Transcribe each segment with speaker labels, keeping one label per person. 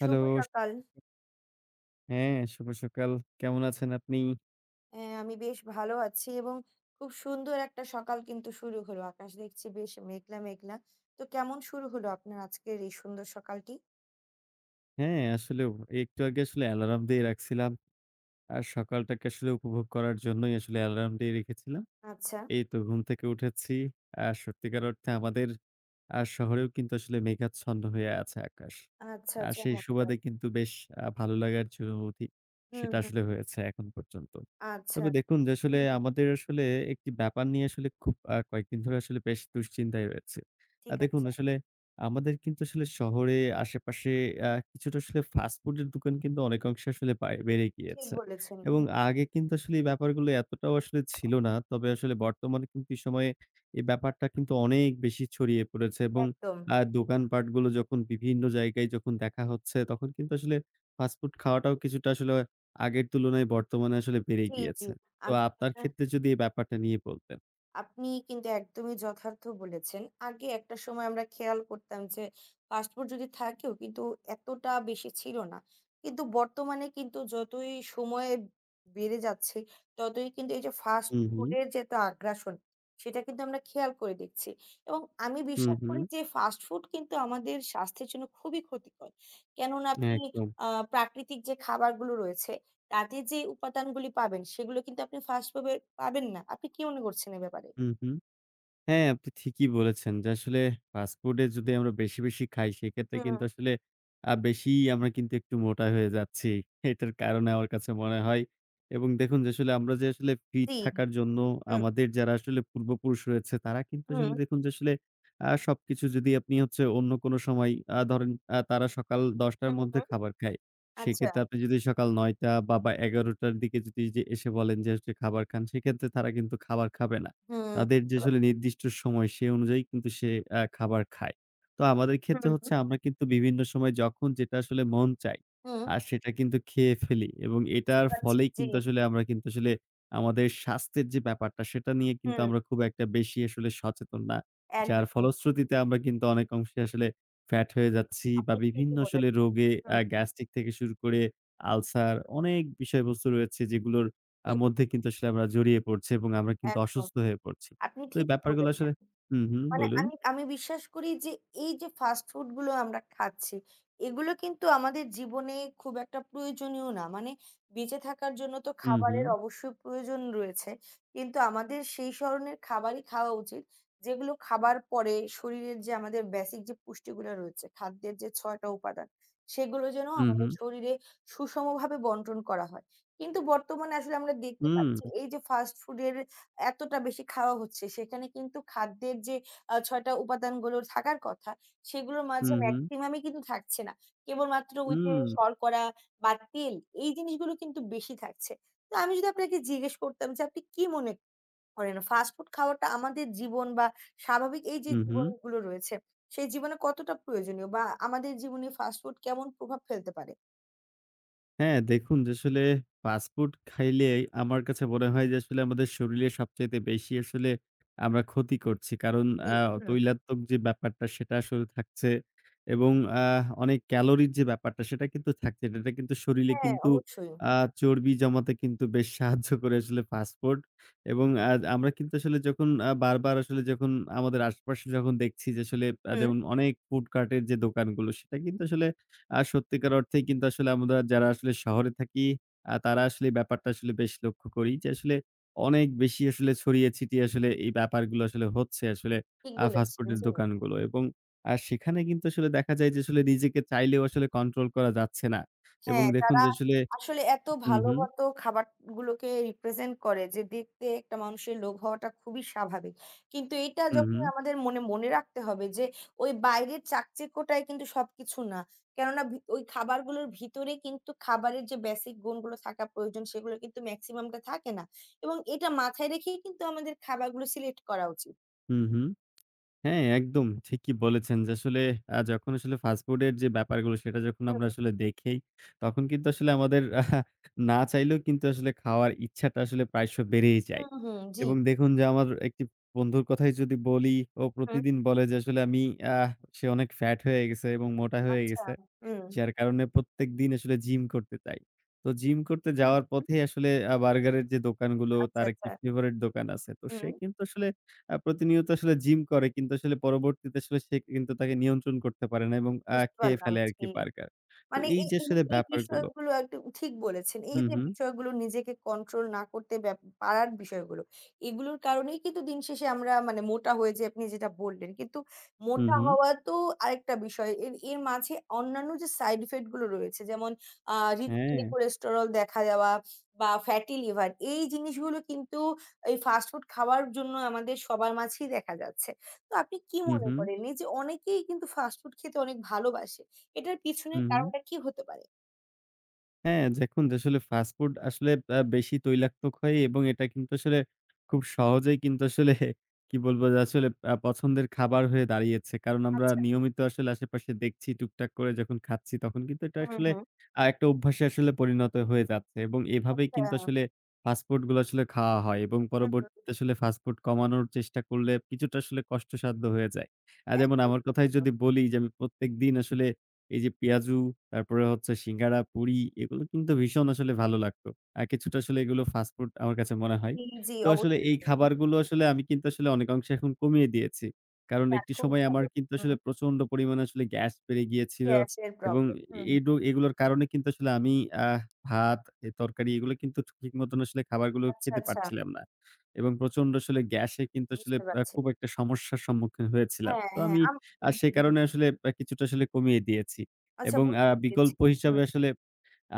Speaker 1: Hello.
Speaker 2: শুভ সকাল।
Speaker 1: হ্যাঁ, শুভ সকাল। কেমন আছেন আপনি?
Speaker 2: হ্যাঁ, আমি বেশ ভালো আছি এবং খুব সুন্দর একটা সকাল কিন্তু শুরু হলো। আকাশ দেখছি বেশ মেঘলা, মেঘলা। তো কেমন শুরু হলো আপনার আজকের এই সুন্দর সকালটি?
Speaker 1: হ্যাঁ, আসলেও একটু আগে আসলে অ্যালার্ম দিয়ে রাখছিলাম। আর সকালটাকে আসলে উপভোগ করার জন্যই আসলে অ্যালার্ম দিয়ে রেখেছিলাম।
Speaker 2: আচ্ছা,
Speaker 1: এই তো ঘুম থেকে উঠেছি। সত্যিকার অর্থে আমাদের শহরেও কিন্তু আসলে মেঘাচ্ছন্ন হয়ে আছে আকাশ।
Speaker 2: আচ্ছা
Speaker 1: আর সেই
Speaker 2: চমৎকার।
Speaker 1: সুবাদে কিন্তু বেশ ভালো লাগার যে অনুভূতি,
Speaker 2: হুম,
Speaker 1: সেটা
Speaker 2: হুম।
Speaker 1: আসলে হয়েছে এখন পর্যন্ত।
Speaker 2: আচ্ছা।
Speaker 1: তবে দেখুন যে আসলে
Speaker 2: হুম, হুম।
Speaker 1: আমাদের আসলে একটি ব্যাপার নিয়ে আসলে খুব কয়েকদিন ধরে আসলে বেশ দুশ্চিন্তায় রয়েছি।
Speaker 2: ঠিক
Speaker 1: দেখুন
Speaker 2: আছে।
Speaker 1: আসলে আমাদের কিন্তু আসলে শহরে আশেপাশে কিছুটা আসলে ফাস্ট ফুডের দোকান কিন্তু অনেকাংশে আসলে বেড়ে
Speaker 2: ঠিক
Speaker 1: গিয়েছে।
Speaker 2: বলেছেন।
Speaker 1: এবং
Speaker 2: হুম,
Speaker 1: আগে কিন্তু আসলে এই ব্যাপারগুলো এতটাও আসলে ছিল না। তবে আসলে বর্তমানে কিন্তু এই সময়ে এই ব্যাপারটা কিন্তু অনেক বেশি ছড়িয়ে পড়েছে, এবং
Speaker 2: একদম।
Speaker 1: দোকানপাটগুলো যখন বিভিন্ন জায়গায় যখন দেখা হচ্ছে, তখন কিন্তু আসলে ফাস্টফুড খাওয়াটাও কিছুটা আসলে আগের তুলনায় বর্তমানে আসলে বেড়ে
Speaker 2: জি, জি।
Speaker 1: গিয়েছে। তো
Speaker 2: আমি
Speaker 1: আপনার ক্ষেত্রে যদি এই ব্যাপারটা নিয়ে বলতেন।
Speaker 2: আপনি কিন্তু একদমই যথার্থ বলেছেন। আগে একটা সময় আমরা খেয়াল করতাম যে পাসপোর্ট যদি থাকেও কিন্তু এতটা বেশি ছিল না। কিন্তু বর্তমানে কিন্তু যতই সময় বেড়ে যাচ্ছে, ততই কিন্তু এই যে ফাস্ট
Speaker 1: হু, হু।
Speaker 2: ফুডের যে একটা আগ্রাসন, সেটা কিন্তু আমরা খেয়াল করে দেখছি। এবং আমি
Speaker 1: হু,
Speaker 2: বিশ্বাস
Speaker 1: হু।
Speaker 2: করি যে ফাস্ট ফুড কিন্তু আমাদের স্বাস্থ্যের জন্য খুবই ক্ষতিকর। কেননা আপনি
Speaker 1: একদম।
Speaker 2: আ প্রাকৃতিক যে খাবারগুলো রয়েছে তাতে যে উপাদানগুলি পাবেন সেগুলো কিন্তু আপনি ফাস্ট ফুডে পাবেন না। আপনি কি মনে করছেন এ ব্যাপারে?
Speaker 1: হু, হু। হ্যাঁ, আপনি ঠিকই বলেছেন যে আসলে ফাস্টফুডে যদি আমরা বেশি, বেশি খাই সেক্ষেত্রে
Speaker 2: হুম,
Speaker 1: কিন্তু আসলে বেশিই আমরা কিন্তু একটু মোটা হয়ে যাচ্ছি। এটার কারণে আমার কাছে মনে হয়, এবং দেখুন যে আসলে আমরা যে আসলে ফিট
Speaker 2: জি,
Speaker 1: থাকার জন্য
Speaker 2: হুম,
Speaker 1: আমাদের যারা আসলে পূর্বপুরুষ রয়েছে তারা কিন্তু
Speaker 2: হুম,
Speaker 1: আসলে দেখুন যে আসলে সবকিছু যদি আপনি হচ্ছে অন্য কোনো সময় ধরেন তারা সকাল ১০:০০ র
Speaker 2: হুম,
Speaker 1: মধ্যে
Speaker 2: হুম,
Speaker 1: খাবার খায়।
Speaker 2: আচ্ছা,
Speaker 1: সেক্ষেত্রে আপনি যদি সকাল ৯:০০ বা ১১:০০ র দিকে যদি যে এসে বলেন যে আসলে খাবার খান সেক্ষেত্রে তারা কিন্তু খাবার খাবে না।
Speaker 2: হুম,
Speaker 1: তাদের
Speaker 2: বুঝতে
Speaker 1: যে আসলে
Speaker 2: পারছি।
Speaker 1: নির্দিষ্ট সময় সে অনুযায়ী কিন্তু সে খাবার খায়। তো আমাদের
Speaker 2: হুম,
Speaker 1: ক্ষেত্রে হচ্ছে
Speaker 2: হুম,
Speaker 1: আমরা কিন্তু বিভিন্ন সময় যখন যেটা আসলে মন চাই,
Speaker 2: হুম।
Speaker 1: আর সেটা কিন্তু খেয়ে ফেলি, এবং
Speaker 2: বুঝতে
Speaker 1: এটার
Speaker 2: পারছি।
Speaker 1: ফলেই
Speaker 2: জি,
Speaker 1: কিন্তু আসলে আমরা কিন্তু আসলে আমাদের স্বাস্থ্যের যে ব্যাপারটা সেটা নিয়ে কিন্তু
Speaker 2: হুম,
Speaker 1: আমরা খুব একটা বেশি আসলে সচেতন না। যার
Speaker 2: একদমই।
Speaker 1: ফলশ্রুতিতে আমরা কিন্তু অনেক অংশে আসলে ফ্যাট হয়ে যাচ্ছি বা
Speaker 2: আপনি
Speaker 1: বিভিন্ন
Speaker 2: ঠিকই
Speaker 1: আসলে
Speaker 2: বলেছেন।
Speaker 1: রোগে
Speaker 2: হুম,
Speaker 1: গ্যাস্ট্রিক থেকে শুরু করে আলসার অনেক বিষয়বস্তু রয়েছে যেগুলোর
Speaker 2: হুম,
Speaker 1: মধ্যে
Speaker 2: হুম,
Speaker 1: কিন্তু আসলে আমরা জড়িয়ে পড়ছি এবং আমরা কিন্তু
Speaker 2: একদম।
Speaker 1: অসুস্থ হয়ে পড়ছি।
Speaker 2: আপনি
Speaker 1: তো এই
Speaker 2: ঠিকই
Speaker 1: ব্যাপারগুলো
Speaker 2: বলেছেন।
Speaker 1: আসলে হুম, হুম,
Speaker 2: মানে
Speaker 1: বলুন।
Speaker 2: আমি আমি বিশ্বাস করি যে এই যে ফাস্ট ফুড গুলো আমরা খাচ্ছি এগুলো কিন্তু আমাদের জীবনে খুব একটা প্রয়োজনীয় না মানে বেঁচে থাকার জন্য তো
Speaker 1: হুম, হুম,
Speaker 2: খাবারের অবশ্যই প্রয়োজন রয়েছে কিন্তু আমাদের সেই ধরনের খাবারই খাওয়া উচিত যেগুলো খাবার পরে শরীরের যে আমাদের বেসিক যে পুষ্টিগুলো রয়েছে খাদ্যের যে ছয়টা উপাদান সেগুলো যেন
Speaker 1: হুম,
Speaker 2: আমাদের
Speaker 1: হুম,
Speaker 2: শরীরে সুষমভাবে বন্টন করা হয় কিন্তু বর্তমানে আসলে আমরা দেখতে
Speaker 1: হুম,
Speaker 2: পাচ্ছি এই যে ফাস্ট ফুডের এতটা বেশি খাওয়া হচ্ছে সেখানে কিন্তু খাদ্যের যে ৬ টা উপাদানগুলো থাকার কথা, সেগুলোর মাঝে
Speaker 1: হুম, হুম,
Speaker 2: মেক্সিমামই কিন্তু থাকছে না। কেবলমাত্র ওই যে শর্করা বা তেল এই জিনিসগুলো কিন্তু বেশি থাকছে। তো আমি যদি আপনাকে জিজ্ঞেস করতাম যে আপনি কি মনে করেন ফাস্ট ফুড খাওয়াটা আমাদের জীবন বা স্বাভাবিক এই যে
Speaker 1: হুম, হুম।
Speaker 2: জীবনগুলো রয়েছে, সেই জীবনে কতটা প্রয়োজনীয় বা আমাদের জীবনে ফাস্ট ফুড কেমন প্রভাব ফেলতে পারে?
Speaker 1: হ্যাঁ, দেখুন যে আসলে ফাস্ট ফুড খাইলে আমার কাছে মনে হয় যে আসলে আমাদের শরীরে সবচাইতে বেশি আসলে আমরা ক্ষতি করছি। কারণ
Speaker 2: জি,
Speaker 1: আ
Speaker 2: হুম।
Speaker 1: তৈলাত্মক যে ব্যাপারটা সেটা আসলে থাকছে এবং আ অনেক ক্যালোরির যে ব্যাপারটা সেটা কিন্তু থাকছে। এটা কিন্তু শরীরে
Speaker 2: হ্যাঁ,
Speaker 1: কিন্তু
Speaker 2: অবশ্যই।
Speaker 1: আ
Speaker 2: হুম।
Speaker 1: চর্বি জমাতে কিন্তু বেশ সাহায্য করে আসলে ফাস্ট ফুড, এবং আমরা কিন্তু আসলে যখন বারবার আসলে যখন আমাদের আশেপাশে যখন দেখছি যে আসলে
Speaker 2: হুম,
Speaker 1: যেমন অনেক ফুড কার্টের যে দোকানগুলো সেটা কিন্তু আসলে সত্যিকার অর্থেই কিন্তু আসলে আমরা যারা আসলে শহরে থাকি, তারা আসলে এই ব্যাপারটা আসলে বেশ লক্ষ্য করি যে আসলে অনেক বেশি আসলে ছড়িয়ে ছিটিয়ে আসলে এই ব্যাপারগুলো আসলে হচ্ছে আসলে
Speaker 2: ঠিক
Speaker 1: ফাস্ট
Speaker 2: বলেছেন,
Speaker 1: ফুডের
Speaker 2: জি।
Speaker 1: দোকানগুলো, এবং সেখানে কিন্তু আসলে দেখা যায় যে আসলে নিজেকে চাইলেও আসলে কন্ট্রোল করা যাচ্ছে না, এবং
Speaker 2: হ্যাঁ,
Speaker 1: দেখুন
Speaker 2: তারা
Speaker 1: যে আসলে
Speaker 2: আসলে এত
Speaker 1: হুম,
Speaker 2: ভালো
Speaker 1: হুম,
Speaker 2: মতো খাবারগুলোকে রিপ্রেজেন্ট করে যে দেখতে একটা মানুষের লোভ হওয়াটা খুবই স্বাভাবিক। কিন্তু এটা
Speaker 1: হুম,
Speaker 2: যখন
Speaker 1: হুম,
Speaker 2: আমাদের মনে রাখতে হবে যে ওই বাইরের চাকচিক্যটাই কিন্তু সবকিছু না। কেননা ওই খাবারগুলোর ভিতরে কিন্তু খাবারের যে বেসিক গুণগুলো থাকা প্রয়োজন সেগুলো কিন্তু মেক্সিমামটা থাকে না। এবং এটা মাথায় রেখেই কিন্তু আমাদের খাবারগুলো সিলেক্ট করা উচিত।
Speaker 1: হুম, হুম। হ্যাঁ, একদম ঠিকই বলেছেন যে আসলে যখন আসলে ফাস্টফুডের যে ব্যাপারগুলো সেটা যখন
Speaker 2: হুম,
Speaker 1: আমরা আসলে দেখেই তখন কিন্তু আসলে আমাদের না চাইলেও কিন্তু আসলে খাওয়ার ইচ্ছাটা আসলে প্রায়শ বেড়েই যায়।
Speaker 2: হুম, হুম, জি।
Speaker 1: এবং দেখুন যে আমার একটি বন্ধুর কথাই যদি বলি, ও
Speaker 2: হুম,
Speaker 1: প্রতিদিন বলে যে আসলে আমি আহ সে অনেক ফ্যাট হয়ে গেছে এবং মোটা হয়ে
Speaker 2: আচ্ছা।
Speaker 1: গেছে।
Speaker 2: হুম,
Speaker 1: যার কারণে প্রত্যেকদিন আসলে জিম করতে চাই। তো জিম করতে
Speaker 2: হুম,
Speaker 1: যাওয়ার
Speaker 2: হুম।
Speaker 1: পথেই আসলে বার্গারের যে দোকানগুলো,
Speaker 2: আচ্ছা,
Speaker 1: তার একটি
Speaker 2: আচ্ছা।
Speaker 1: ফেভারাইট দোকান আছে। তো
Speaker 2: হুম,
Speaker 1: সে কিন্তু আসলে প্রতিনিয়ত আসলে জিম করে কিন্তু আসলে পরবর্তীতে আসলে সে কিন্তু তাকে নিয়ন্ত্রণ করতে পারে না, এবং
Speaker 2: বুঝতে
Speaker 1: খেয়ে
Speaker 2: পারলাম।
Speaker 1: ফেলে আরকি
Speaker 2: জি।
Speaker 1: বার্গার। তো
Speaker 2: মানে
Speaker 1: এই
Speaker 2: এই
Speaker 1: যে
Speaker 2: এই
Speaker 1: আসলে
Speaker 2: এই
Speaker 1: ব্যাপারগুলো
Speaker 2: বিষয়গুলো একদম ঠিক বলেছেন। এই
Speaker 1: হুম,
Speaker 2: যে
Speaker 1: হুম।
Speaker 2: বিষয়গুলো নিজেকে কন্ট্রোল না করতে পারার বিষয়গুলো, এগুলোর কারণেই কিন্তু দিন শেষে আমরা মানে মোটা হয়ে যাই আপনি যেটা বললেন। কিন্তু
Speaker 1: হুম,
Speaker 2: মোটা
Speaker 1: হুম।
Speaker 2: হওয়া তো আরেকটা বিষয়। এর এর মাঝে অন্যান্য যে সাইড ইফেক্ট গুলো রয়েছে যেমন হৃদপিণ্ডে
Speaker 1: হ্যাঁ।
Speaker 2: কোলেস্টেরল দেখা দেওয়া বা ফ্যাটি লিভার এই জিনিসগুলো কিন্তু এই ফাস্ট ফুড খাওয়ার জন্য আমাদের সবার মাঝেই দেখা যাচ্ছে। তো আপনি কি
Speaker 1: হুম,
Speaker 2: মনে
Speaker 1: হুম।
Speaker 2: করেন এই যে অনেকেই কিন্তু ফাস্ট ফুড খেতে অনেক ভালোবাসে। এটার পিছনের
Speaker 1: হুম, হুম।
Speaker 2: কারণটা কি হতে পারে?
Speaker 1: হ্যাঁ, দেখুন যে আসলে ফাস্ট ফুড আসলে বেশি তৈলাক্তক হয়, এবং এটা কিন্তু আসলে খুব সহজেই কিন্তু আসলে কি বলবো যে আসলে পছন্দের খাবার হয়ে দাঁড়িয়েছে। কারণ আমরা
Speaker 2: আচ্ছা।
Speaker 1: নিয়মিত আসলে আশেপাশে দেখছি টুকটাক করে যখন খাচ্ছি তখন কিন্তু এটা
Speaker 2: হুম,
Speaker 1: আসলে
Speaker 2: হুম।
Speaker 1: একটা অভ্যাসে আসলে পরিণত হয়ে যাচ্ছে, এবং এভাবেই
Speaker 2: আচ্ছা।
Speaker 1: কিন্তু আসলে ফাস্ট ফুড গুলো আসলে খাওয়া হয়, এবং
Speaker 2: হুম, হুম।
Speaker 1: পরবর্তীতে আসলে ফাস্ট ফুড কমানোর চেষ্টা করলে কিছুটা আসলে কষ্টসাধ্য হয়ে যায়। যেমন
Speaker 2: একদম।
Speaker 1: আমার কথাই
Speaker 2: হুম।
Speaker 1: যদি বলি যে আমি প্রত্যেকদিন আসলে এই যে পেঁয়াজু, তারপরে হচ্ছে সিঙ্গারা, পুরি এগুলো কিন্তু ভীষণ আসলে ভালো লাগতো। কিছুটা আসলে এগুলো ফাস্ট ফুড আমার কাছে মনে হয়।
Speaker 2: জি, জি,
Speaker 1: তো আসলে
Speaker 2: অবশ্যই।
Speaker 1: এই
Speaker 2: হুম।
Speaker 1: খাবারগুলো আসলে আমি কিন্তু আসলে অনেকাংশে এখন কমিয়ে দিয়েছি। কারণ
Speaker 2: যাক
Speaker 1: একটি
Speaker 2: খুব
Speaker 1: সময় আমার
Speaker 2: ভালো।
Speaker 1: কিন্তু
Speaker 2: হুম।
Speaker 1: আসলে প্রচন্ড পরিমাণে আসলে গ্যাস বেড়ে গিয়েছিল,
Speaker 2: গ্যাসের
Speaker 1: এবং
Speaker 2: প্রবলেম। হুম,
Speaker 1: এই
Speaker 2: হুম।
Speaker 1: এগুলোর কারণে কিন্তু আসলে আমি আহ ভাত, এ তরকারি এগুলো কিন্তু ঠিক মতন আসলে খাবারগুলো
Speaker 2: আচ্ছা,
Speaker 1: খেতে
Speaker 2: আচ্ছা।
Speaker 1: পারছিলাম না। এবং প্রচন্ড আসলে গ্যাসে কিন্তু আসলে
Speaker 2: বুঝতে পারছি।
Speaker 1: খুব একটা সমস্যার সম্মুখীন হয়েছিলাম।
Speaker 2: হ্যাঁ,
Speaker 1: তো
Speaker 2: হ্যাঁ।
Speaker 1: আমি
Speaker 2: আম
Speaker 1: আর
Speaker 2: হুম,
Speaker 1: সে
Speaker 2: হুম।
Speaker 1: কারণে আসলে কিছুটা আসলে কমিয়ে দিয়েছি।
Speaker 2: আচ্ছা
Speaker 1: এবং
Speaker 2: বুঝতে পেরেছি।
Speaker 1: বিকল্প
Speaker 2: হুম,
Speaker 1: হিসাবে আসলে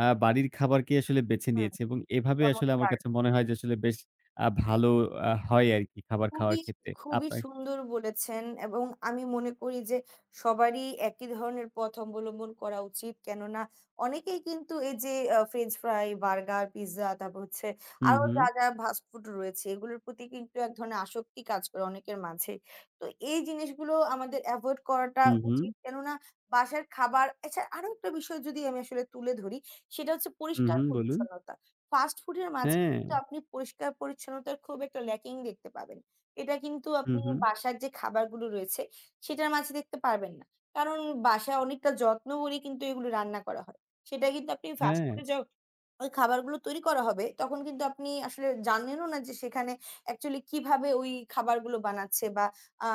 Speaker 1: বাড়ির খাবারকে আসলে বেছে
Speaker 2: হুম।
Speaker 1: নিয়েছি, এবং এভাবে আসলে আমার
Speaker 2: চমৎকার।
Speaker 1: কাছে মনে হয় যে আসলে বেশ ভালো হয় আরকি খাবার খাওয়ার
Speaker 2: খুবই,
Speaker 1: ক্ষেত্রে।
Speaker 2: খুবই
Speaker 1: আপনার
Speaker 2: সুন্দর বলেছেন এবং আমি মনে করি যে সবারই একই ধরনের পথ অবলম্বন করা উচিত। কেননা অনেকেই কিন্তু এই যে ফ্রেঞ্চ ফ্রাই, বার্গার, পিজ্জা তারপর হচ্ছে
Speaker 1: হুম,
Speaker 2: আরো
Speaker 1: হুম,
Speaker 2: যা, যা ফাস্ট ফুড রয়েছে এগুলোর প্রতি কিন্তু এক ধরনের আসক্তি কাজ করে অনেকের মাঝে। তো এই জিনিসগুলো আমাদের এভয়েড করাটা
Speaker 1: হুম, হুম,
Speaker 2: উচিত। কেননা বাসার খাবার এছাড়া আরো একটা বিষয় যদি আমি আসলে তুলে ধরি সেটা হচ্ছে
Speaker 1: হুম, হুম, বলুন।
Speaker 2: পরিষ্কার-পরিচ্ছন্নতা। ফাস্ট ফুডের মাঝে
Speaker 1: হ্যাঁ,
Speaker 2: কিন্তু আপনি পরিষ্কার-পরিচ্ছন্নতার খুব একটা ল্যাকিং দেখতে পাবেন। এটা কিন্তু
Speaker 1: হুম,
Speaker 2: আপনি
Speaker 1: হুম,
Speaker 2: বাসার যে খাবারগুলো রয়েছে সেটার মাঝে দেখতে পারবেন না। কারণ বাসায় অনেকটা যত্ন করে কিন্তু এগুলো রান্না করা হয়। সেটা কিন্তু আপনি ফাস্ট
Speaker 1: হ্যাঁ,
Speaker 2: ফুডে ওই খাবারগুলো তৈরি করা হবে, তখন কিন্তু আপনি আসলে জানেনও না যে সেখানে অ্যাকচুয়ালি কিভাবে ওই খাবারগুলো বানাচ্ছে বা আ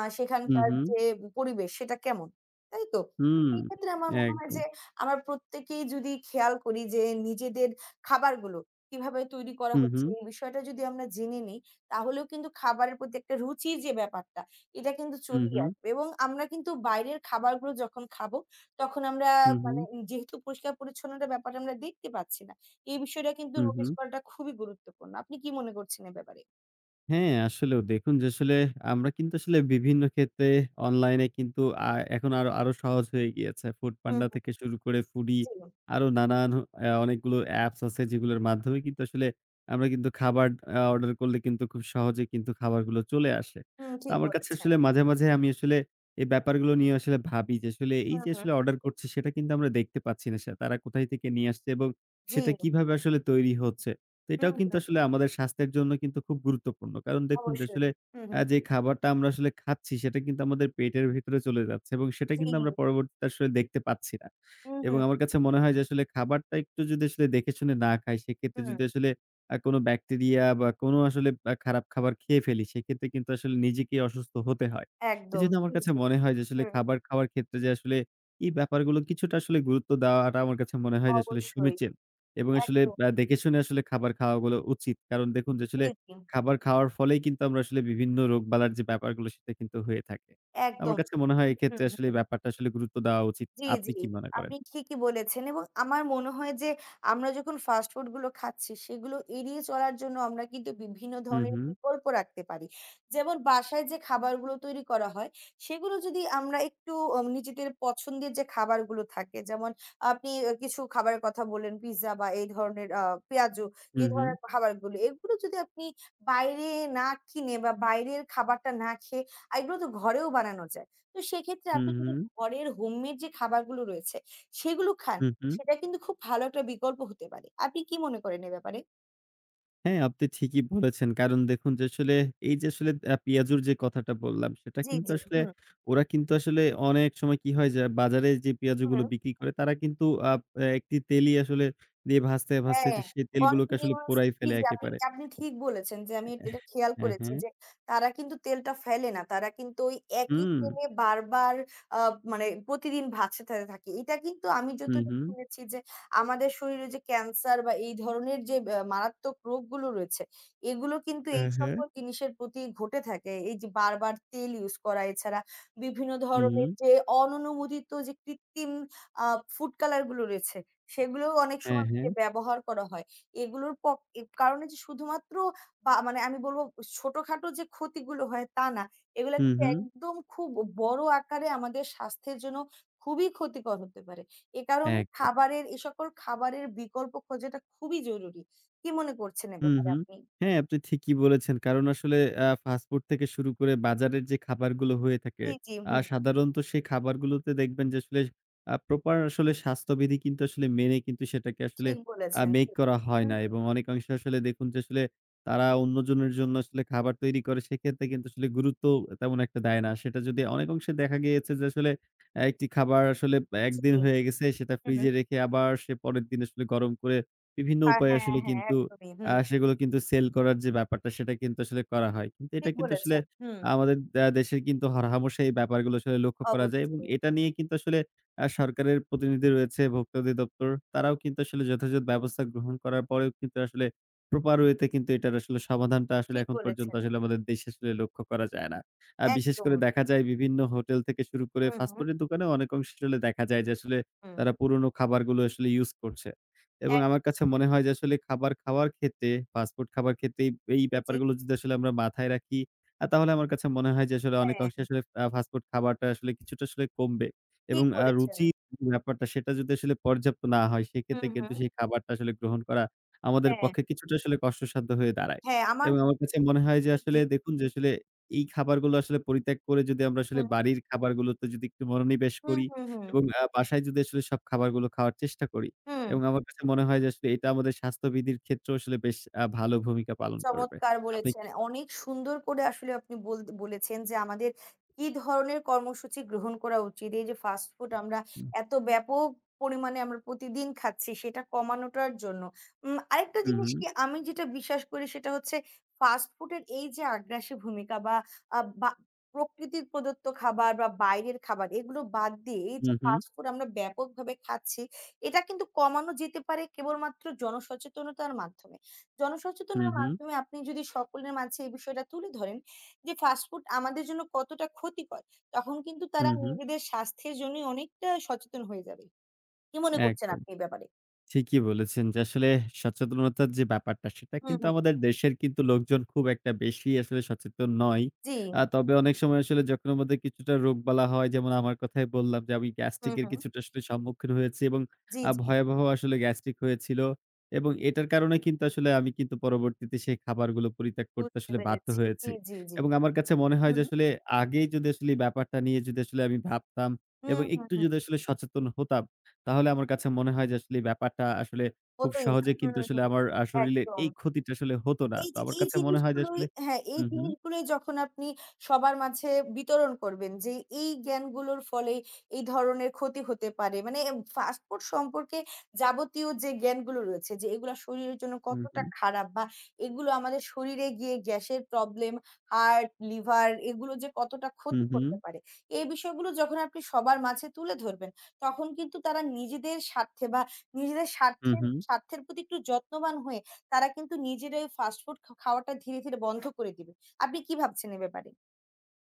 Speaker 1: হুম,
Speaker 2: সেখানকার
Speaker 1: হুম,
Speaker 2: যে পরিবেশ সেটা কেমন। তাই তো? তো
Speaker 1: হুম,
Speaker 2: সেই ক্ষেত্রে আমার মনে হয়
Speaker 1: একদম।
Speaker 2: যে আমরা প্রত্যেকেই যদি খেয়াল করি যে নিজেদের খাবারগুলো কিভাবে তৈরি করা
Speaker 1: হুম,
Speaker 2: হচ্ছে
Speaker 1: হুম,
Speaker 2: এই বিষয়টা যদি আমরা জেনে নিই, তাহলেও কিন্তু খাবারের প্রতি একটা রুচির যে ব্যাপারটা এটা কিন্তু
Speaker 1: হুম,
Speaker 2: চলেই
Speaker 1: হুম,
Speaker 2: আসবে এবং আমরা কিন্তু বাইরের খাবারগুলো যখন খাবো তখন আমরা
Speaker 1: হুম, হুম,
Speaker 2: মানে যেহেতু পরিষ্কার-পরিচ্ছন্নতার ব্যাপারটা আমরা দেখতে পাচ্ছি না। এই বিষয়টা কিন্তু
Speaker 1: হুম,
Speaker 2: নোটিস
Speaker 1: হুম।
Speaker 2: করাটা খুবই গুরুত্বপূর্ণ। আপনি কি মনে করছেন এ ব্যাপারে?
Speaker 1: হ্যাঁ, আসলেও দেখুন যে আসলে আমরা কিন্তু আসলে বিভিন্ন ক্ষেত্রে অনলাইনে কিন্তু আ এখন আরো, আরো সহজ হয়ে গিয়েছে।
Speaker 2: হুম,
Speaker 1: ফুডপান্ডা
Speaker 2: হুম।
Speaker 1: থেকে শুরু করে ফুডি
Speaker 2: জি।
Speaker 1: আরো নানান অনেকগুলো অ্যাপস আছে যেগুলোর মাধ্যমে কিন্তু আসলে আমরা কিন্তু খাবার অর্ডার করলে কিন্তু খুব সহজে কিন্তু খাবারগুলো চলে আসে।
Speaker 2: হুম,
Speaker 1: তো
Speaker 2: ঠিক
Speaker 1: আমার কাছে
Speaker 2: বলেছেন।
Speaker 1: আসলে মাঝে, মাঝে আমি আসলে এই ব্যাপারগুলো নিয়ে আসলে ভাবি যে আসলে এই
Speaker 2: হুম,
Speaker 1: যে
Speaker 2: হুম।
Speaker 1: আসলে অর্ডার করছি সেটা কিন্তু আমরা দেখতে পাচ্ছি না। তারা কোথায় থেকে নিয়ে আসছে, এবং
Speaker 2: জি।
Speaker 1: সেটা কিভাবে আসলে তৈরি হচ্ছে। তো এটাও
Speaker 2: হুম,
Speaker 1: কিন্তু
Speaker 2: হুম।
Speaker 1: আসলে আমাদের স্বাস্থ্যের জন্য কিন্তু খুব গুরুত্বপূর্ণ। কারণ দেখুন যে আসলে
Speaker 2: অবশ্যই। হুম, হুম।
Speaker 1: যে খাবারটা আমরা আসলে খাচ্ছি সেটা কিন্তু আমাদের পেটের ভেতরে চলে যাচ্ছে, এবং সেটা
Speaker 2: জি।
Speaker 1: কিন্তু আমরা পরবর্তীতে আসলে দেখতে পাচ্ছি না।
Speaker 2: হুম,
Speaker 1: এবং
Speaker 2: হুম।
Speaker 1: আমার কাছে মনে হয় যে আসলে খাবারটা একটু যদি আসলে দেখে শুনে না খাই সেক্ষেত্রে
Speaker 2: হুম।
Speaker 1: যদি আসলে কোনো ব্যাকটেরিয়া বা কোনো আসলে খারাপ খাবার খেয়ে ফেলি সেক্ষেত্রে কিন্তু আসলে নিজেকেই অসুস্থ হতে হয়।
Speaker 2: একদম।
Speaker 1: এজন্য আমার
Speaker 2: জি,
Speaker 1: কাছে
Speaker 2: জি।
Speaker 1: মনে হয় যে আসলে
Speaker 2: হুম।
Speaker 1: খাবার খাওয়ার ক্ষেত্রে যে আসলে এই ব্যাপারগুলো কিছুটা আসলে গুরুত্ব দেওয়াটা আমার কাছে মনে হয় যে আসলে
Speaker 2: অবশ্যই।
Speaker 1: সমীচীন। এবং আসলে
Speaker 2: একদম।
Speaker 1: দেখে শুনে আসলে খাবার খাওয়াগুলো উচিত। কারণ দেখুন যে আসলে
Speaker 2: জি, জি।
Speaker 1: খাবার খাওয়ার ফলেই কিন্তু আমরা আসলে বিভিন্ন রোগবালার যে ব্যাপারগুলো সেটা কিন্তু হয়ে থাকে। আমার
Speaker 2: একদম।
Speaker 1: কাছে মনে হয়
Speaker 2: হুম,
Speaker 1: এক্ষেত্রে
Speaker 2: হুম,
Speaker 1: আসলে
Speaker 2: হুম।
Speaker 1: ব্যাপারটা আসলে গুরুত্ব দেওয়া উচিত।
Speaker 2: জি,
Speaker 1: আপনি
Speaker 2: জি।
Speaker 1: কি মনে করেন?
Speaker 2: আপনি ঠিকই বলেছেন এবং আমার মনে হয় যে আমরা যখন ফাস্ট ফুড গুলো খাচ্ছি সেগুলো এড়িয়ে চলার জন্য আমরা কিন্তু বিভিন্ন
Speaker 1: হু,
Speaker 2: ধরনের
Speaker 1: হু,
Speaker 2: বিকল্প রাখতে পারি। যেমন বাসায় যে খাবারগুলো তৈরি করা হয় সেগুলো যদি আমরা একটু নিজেদের পছন্দের যে খাবারগুলো থাকে যেমন আপনি কিছু খাবারের কথা বললেন পিজ্জা বা এই ধরনের পেঁয়াজু
Speaker 1: হু,
Speaker 2: এই
Speaker 1: হু,
Speaker 2: ধরনের খাবারগুলো। এগুলো যদি আপনি বাইরে না কিনে বা বাইরের খাবারটা না খেয়ে এগুলো তো ঘরেও বানানো যায়। তো সেক্ষেত্রে
Speaker 1: হু,
Speaker 2: আপনি
Speaker 1: হু,
Speaker 2: যদি ঘরের হোমমেড যে খাবারগুলো রয়েছে সেগুলো খান,
Speaker 1: হু, হু।
Speaker 2: সেটা কিন্তু খুব ভালো একটা বিকল্প হতে পারে। আপনি কি মনে করেন এ ব্যাপারে?
Speaker 1: হ্যাঁ, আপনি ঠিকই বলেছেন। কারণ দেখুন যে আসলে এই যে আসলে পিয়াজুর যে কথাটা বললাম, সেটা
Speaker 2: জি,
Speaker 1: কিন্তু
Speaker 2: জি।
Speaker 1: আসলে
Speaker 2: হুম।
Speaker 1: ওরা কিন্তু আসলে অনেক সময় কি হয় যে বাজারে যে পেঁয়াজগুলো
Speaker 2: হুম।
Speaker 1: বিক্রি করে তারা কিন্তু আপ আ একটি তেলই আসলে দিয়ে ভাজতে, ভাজতে
Speaker 2: হ্যাঁ,
Speaker 1: সেই তেলগুলোকে আসলে
Speaker 2: কন্টিনিউয়াস
Speaker 1: পোড়াই
Speaker 2: জি,
Speaker 1: ফেলে
Speaker 2: জি, আপনি
Speaker 1: একেবারে।
Speaker 2: আপনি ঠিক বলেছেন যে আমি এটা খেয়াল
Speaker 1: হ্যাঁ,
Speaker 2: করেছি
Speaker 1: হ্যাঁ।
Speaker 2: যে তারা কিন্তু তেলটা ফেলে না। তারা কিন্তু ওই একই
Speaker 1: হুম।
Speaker 2: তেলে বারবার আ মানে প্রতিদিন ভাজতে থাকে। এটা কিন্তু আমি
Speaker 1: হুম,
Speaker 2: যতটুকু
Speaker 1: হুম।
Speaker 2: শুনেছি যে আমাদের শরীরে যে ক্যান্সার বা এই ধরনের যে মারাত্মক রোগগুলো রয়েছে, এগুলো কিন্তু এই
Speaker 1: হ্যাঁ, হ্যাঁ।
Speaker 2: সকল জিনিসের প্রতি ঘটে থাকে। এই যে বারবার তেল ইউজ করা এছাড়া বিভিন্ন
Speaker 1: হুম, হুম।
Speaker 2: ধরনের যে অননুমোদিত যে কৃত্রিম আ ফুড কালার গুলো রয়েছে সেগুলোও অনেক
Speaker 1: হ্যাঁ,
Speaker 2: সময়
Speaker 1: হ্যাঁ।
Speaker 2: যে ব্যবহার করা হয়। এগুলোর এ কারণে যে শুধুমাত্র বা মানে আমি বলব ছোটখাটো যে ক্ষতিগুলো হয় তা না। এগুলা
Speaker 1: হুম,
Speaker 2: কিন্তু
Speaker 1: হুম।
Speaker 2: একদম খুব বড় আকারে আমাদের স্বাস্থ্যের জন্য খুবই ক্ষতিকর হতে পারে। এ কারণেই
Speaker 1: এক
Speaker 2: খাবারের এ সকল খাবারের বিকল্প খোঁজাটা খুবই জরুরি। কি মনে করছেন এ
Speaker 1: হুম,
Speaker 2: ব্যাপারে
Speaker 1: হুম।
Speaker 2: আপনি?
Speaker 1: হ্যাঁ, আপনি ঠিকই বলেছেন। কারণ আসলে ফাস্ট ফুড থেকে শুরু করে বাজারের যে খাবারগুলো হয়ে থাকে,
Speaker 2: জি, জি, হুম।
Speaker 1: সাধারণত সেই খাবারগুলোতে দেখবেন যে আসলে প্রপার আসলে স্বাস্থ্যবিধি কিন্তু আসলে মেনে কিন্তু সেটাকে আসলে
Speaker 2: ঠিক বলেছেন।
Speaker 1: মেক
Speaker 2: জি।
Speaker 1: করা হয়
Speaker 2: হুম,
Speaker 1: না, এবং অনেকাংশে আসলে দেখুন যে আসলে তারা অন্যজনের জন্য আসলে খাবার তৈরি করে সেক্ষেত্রে কিন্তু আসলে গুরুত্ব তেমন একটা দেয় না। সেটা যদি অনেক অংশে দেখা গিয়েছে যে আসলে একটি খাবার আসলে ১ দিন
Speaker 2: জি।
Speaker 1: হয়ে গেছে সেটা
Speaker 2: হু, হু।
Speaker 1: ফ্রিজে রেখে আবার সে পরের দিন আসলে গরম করে বিভিন্ন
Speaker 2: আ
Speaker 1: উপায়ে
Speaker 2: হ্যাঁ,
Speaker 1: আসলে
Speaker 2: হ্যাঁ,
Speaker 1: কিন্তু
Speaker 2: একদমই। হুম।
Speaker 1: সেগুলো কিন্তু সেল করার যে ব্যাপারটা সেটা কিন্তু আসলে করা হয়। কিন্তু এটা
Speaker 2: ঠিক
Speaker 1: কিন্তু আসলে
Speaker 2: বলেছেন। হুম,
Speaker 1: আমাদের দেশের কিন্তু হরহামেশাই এই ব্যাপারগুলো আসলে লক্ষ্য করা যায়, এবং
Speaker 2: অবশ্যই।
Speaker 1: এটা নিয়ে কিন্তু আসলে সরকারের প্রতিনিধি রয়েছে, ভোক্তা অধিদপ্তর তারাও কিন্তু আসলে যথাযথ ব্যবস্থা গ্রহণ করার পরেও কিন্তু আসলে প্রপার ওয়ে তে কিন্তু এটার আসলে সমাধানটা আসলে
Speaker 2: ঠিক
Speaker 1: এখন পর্যন্ত
Speaker 2: বলেছেন।
Speaker 1: আসলে আমাদের দেশে আসলে লক্ষ্য করা যায় না। বিশেষ
Speaker 2: একদম।
Speaker 1: করে দেখা যায় বিভিন্ন হোটেল থেকে শুরু করে
Speaker 2: হুম, হুম,
Speaker 1: ফাস্টফুডের দোকানেও অনেক অংশে আসলে দেখা যায় যে আসলে
Speaker 2: হুম।
Speaker 1: তারা পুরনো খাবারগুলো আসলে ইউজ করছে। এবং
Speaker 2: ১
Speaker 1: আমার কাছে মনে হয় যে আসলে খাবার খাওয়ার ক্ষেত্রে, ফাস্টফুড খাবার ক্ষেত্রে এই এই
Speaker 2: কেজি
Speaker 1: ব্যাপারগুলো যদি আসলে আমরা মাথায় রাখি, তাহলে আমার কাছে মনে হয় যে আসলে
Speaker 2: হ্যাঁ,
Speaker 1: অনেকাংশে আসলে ফাস্টফুড খাবারটা আসলে কিছুটা আসলে কমবে,
Speaker 2: ঠিক
Speaker 1: এবং
Speaker 2: বলেছেন।
Speaker 1: রুচির ব্যাপারটা সেটা যদি আসলে পর্যাপ্ত না হয়, সেক্ষেত্রে
Speaker 2: হুম,
Speaker 1: কিন্তু
Speaker 2: হুম।
Speaker 1: সেই খাবারটা আসলে গ্রহণ করা আমাদের
Speaker 2: হ্যাঁ,
Speaker 1: পক্ষে কিছুটা আসলে কষ্টসাধ্য হয়ে দাঁড়ায়।
Speaker 2: হ্যাঁ, আমার
Speaker 1: এবং আমার কাছে মনে হয় যে
Speaker 2: জি,
Speaker 1: আসলে
Speaker 2: জি।
Speaker 1: দেখুন যে আসলে এই খাবারগুলো আসলে পরিত্যাগ করে যদি আমরা আসলে
Speaker 2: হুম,
Speaker 1: বাড়ির খাবারগুলোতে যদি একটু মনোনিবেশ
Speaker 2: হুম,
Speaker 1: করি,
Speaker 2: হুম, হুম।
Speaker 1: এবং বাসায় যদি আসলে সব খাবারগুলো খাওয়ার চেষ্টা করি,
Speaker 2: হুম।
Speaker 1: এবং আমার কাছে মনে হয় যে আসলে এটা আমাদের স্বাস্থ্যবিধির ক্ষেত্রেও আসলে বেশ ভালো ভূমিকা পালন করবে।
Speaker 2: চমৎকার
Speaker 1: আপনি
Speaker 2: বলেছেন।
Speaker 1: কি বলেন?
Speaker 2: অনেক সুন্দর করে আসলে আপনি বলেছেন যে আমাদের কি ধরনের কর্মসূচি গ্রহণ করা উচিত। এই যে ফাস্ট ফুড আমরা এত ব্যাপক পরিমাণে আমরা প্রতিদিন খাচ্ছি সেটা কমানোটার জন্য। আরেকটা
Speaker 1: হুম,
Speaker 2: জিনিস
Speaker 1: হুম,
Speaker 2: কি আমি যেটা বিশ্বাস করি সেটা হচ্ছে ফাস্ট ফুডের এই যে আগ্রাসী ভূমিকা বা বা প্রকৃতির প্রদত্ত খাবার বা বাইরের খাবার এগুলো বাদ দিয়ে এই যে
Speaker 1: হুম, হুম,
Speaker 2: ফাস্ট ফুড আমরা ব্যাপকভাবে খাচ্ছি এটা কিন্তু কমানো যেতে পারে কেবলমাত্র জনসচেতনতার মাধ্যমে।
Speaker 1: হুম,
Speaker 2: জনসচেতনার
Speaker 1: হুম,
Speaker 2: মাধ্যমে আপনি যদি সকলের মাঝে এই বিষয়টা তুলে ধরেন যে ফাস্ট ফুড আমাদের জন্য কতটা ক্ষতিকর, তখন কিন্তু তারা
Speaker 1: হুম, হুম,
Speaker 2: নিজেদের স্বাস্থ্যের জন্যই অনেকটা সচেতন হয়ে যাবে। কি মনে করছেন
Speaker 1: একদম।
Speaker 2: আপনি এই ব্যাপারে?
Speaker 1: ঠিকই বলেছেন যে আসলে সচেতনতার যে ব্যাপারটা সেটা
Speaker 2: হুম,
Speaker 1: কিন্তু
Speaker 2: হুম।
Speaker 1: আমাদের দেশের কিন্তু লোকজন খুব একটা বেশি আসলে সচেতন নয়।
Speaker 2: জি।
Speaker 1: তবে অনেক সময় আসলে যখন আমাদের কিছুটা রোগবালা হয় যেমন আমার কথাই বললাম যে আমি
Speaker 2: হুম,
Speaker 1: গ্যাস্ট্রিকের
Speaker 2: হুম।
Speaker 1: কিছুটা আসলে সম্মুখীন হয়েছি, এবং
Speaker 2: জি, জি।
Speaker 1: ভয়াবহ আসলে গ্যাস্ট্রিক হয়েছিল, এবং এটার কারণে কিন্তু আসলে আমি কিন্তু পরবর্তীতে সেই খাবারগুলো পরিত্যাগ করতে
Speaker 2: বুঝতে
Speaker 1: আসলে বাধ্য
Speaker 2: পেরেছি।
Speaker 1: হয়েছি,
Speaker 2: জি, জি, জি।
Speaker 1: এবং আমার কাছে মনে হয় যে
Speaker 2: হুম।
Speaker 1: আসলে আগেই যদি আসলে এই ব্যাপারটা নিয়ে যদি আসলে আমি ভাবতাম, এবং
Speaker 2: হুম, হুম,
Speaker 1: একটু
Speaker 2: হুম।
Speaker 1: যদি আসলে সচেতন হতাম, তাহলে আমার কাছে মনে হয় যে আসলে এই ব্যাপারটা আসলে খুব
Speaker 2: হতই না।
Speaker 1: সহজে
Speaker 2: হুম,
Speaker 1: কিন্তু আসলে
Speaker 2: হুম।
Speaker 1: আমার শরীরের
Speaker 2: একদম।
Speaker 1: এই ক্ষতিটা আসলে হতো না।
Speaker 2: এই
Speaker 1: তো
Speaker 2: যে
Speaker 1: আমার
Speaker 2: এই
Speaker 1: কাছে মনে হয় যে
Speaker 2: জিনিসগুলোই
Speaker 1: আসলে
Speaker 2: হ্যাঁ,
Speaker 1: হু,
Speaker 2: এই
Speaker 1: হু,
Speaker 2: জিনিসগুলোই যখন আপনি সবার মাঝে বিতরণ করবেন যে এই জ্ঞানগুলোর ফলে এই ধরনের ক্ষতি হতে পারে। মানে ফাস্ট ফুড সম্পর্কে যাবতীয় যে জ্ঞানগুলো রয়েছে যে এগুলা শরীরের জন্য
Speaker 1: হু, হু,
Speaker 2: কতটা খারাপ বা এগুলো আমাদের শরীরে গিয়ে গ্যাসের প্রবলেম, হার্ট, লিভার এগুলো যে কতটা
Speaker 1: হু,
Speaker 2: ক্ষতি
Speaker 1: হু,
Speaker 2: করতে পারে। এই বিষয়গুলো যখন আপনি সবার মাঝে তুলে ধরবেন, তখন কিন্তু তারা নিজেদের স্বার্থে বা নিজেদের
Speaker 1: হু,
Speaker 2: স্বার্থের
Speaker 1: হু।
Speaker 2: স্বার্থের প্রতি একটু যত্নবান হয়ে তারা কিন্তু নিজেরাই ফাস্টফুড খাওয়াটা ধীরে, ধীরে বন্ধ করে দিবে। আপনি কি ভাবছেন এ ব্যাপারে?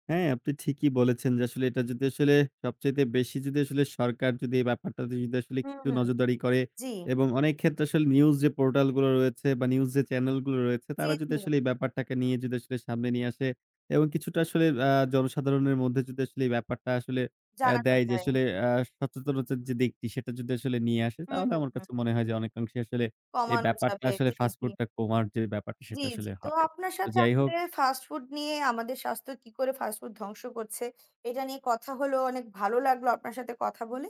Speaker 1: হ্যাঁ, আপনি ঠিকই বলেছেন যে আসলে এটা যদি আসলে সবচাইতে বেশি যদি আসলে সরকার যদি এই ব্যাপারটাতে যদি আসলে
Speaker 2: হুম,
Speaker 1: একটু
Speaker 2: হুম।
Speaker 1: নজরদারি করে,
Speaker 2: জি,
Speaker 1: এবং অনেক ক্ষেত্রে আসলে নিউজ যে পোর্টাল গুলো রয়েছে বা নিউজ যে চ্যানেল গুলো রয়েছে
Speaker 2: জি,
Speaker 1: তারা যদি
Speaker 2: জি।
Speaker 1: আসলে এই ব্যাপারটাকে নিয়ে যদি আসলে সামনে নিয়ে আসে, এবং কিছুটা আসলে জনসাধারণের মধ্যে যদি আসলে এই ব্যাপারটা আসলে
Speaker 2: জানানো
Speaker 1: দেয় যে
Speaker 2: যায়।
Speaker 1: আসলে আ সচেতনতার যে দিকটি সেটা যদি আসলে নিয়ে আসে
Speaker 2: হুম,
Speaker 1: তাহলে
Speaker 2: হুম,
Speaker 1: আমার
Speaker 2: হুম।
Speaker 1: কাছে মনে হয় যে অনেকাংশে আসলে এই
Speaker 2: কমানো
Speaker 1: ব্যাপারটা
Speaker 2: যাবে।
Speaker 1: আসলে
Speaker 2: জি, জি।
Speaker 1: ফাস্টফুডটা কমার যে ব্যাপারটা
Speaker 2: জি,
Speaker 1: সেটা আসলে
Speaker 2: জি। তো
Speaker 1: হবে।
Speaker 2: আপনার
Speaker 1: তো
Speaker 2: সাথে
Speaker 1: যাই হোক
Speaker 2: আসলে ফাস্টফুড নিয়ে আমাদের স্বাস্থ্য কি করে ফাস্টফুড ধ্বংস করছে, এটা নিয়ে কথা হলো। অনেক ভালো লাগলো আপনার সাথে কথা বলে।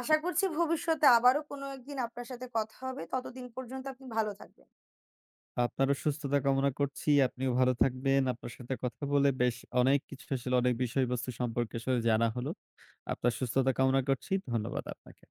Speaker 2: আশা করছি ভবিষ্যতে আবারও কোনো একদিন আপনার সাথে কথা হবে। ততদিন পর্যন্ত আপনি ভালো থাকবেন।
Speaker 1: আপনারও সুস্থতা কামনা করছি। আপনিও ভালো থাকবেন। আপনার সাথে কথা বলে বেশ অনেক কিছু আসলে অনেক বিষয়বস্তু সম্পর্কে আসলে জানা হলো। আপনার সুস্থতা কামনা করছি। ধন্যবাদ আপনাকে।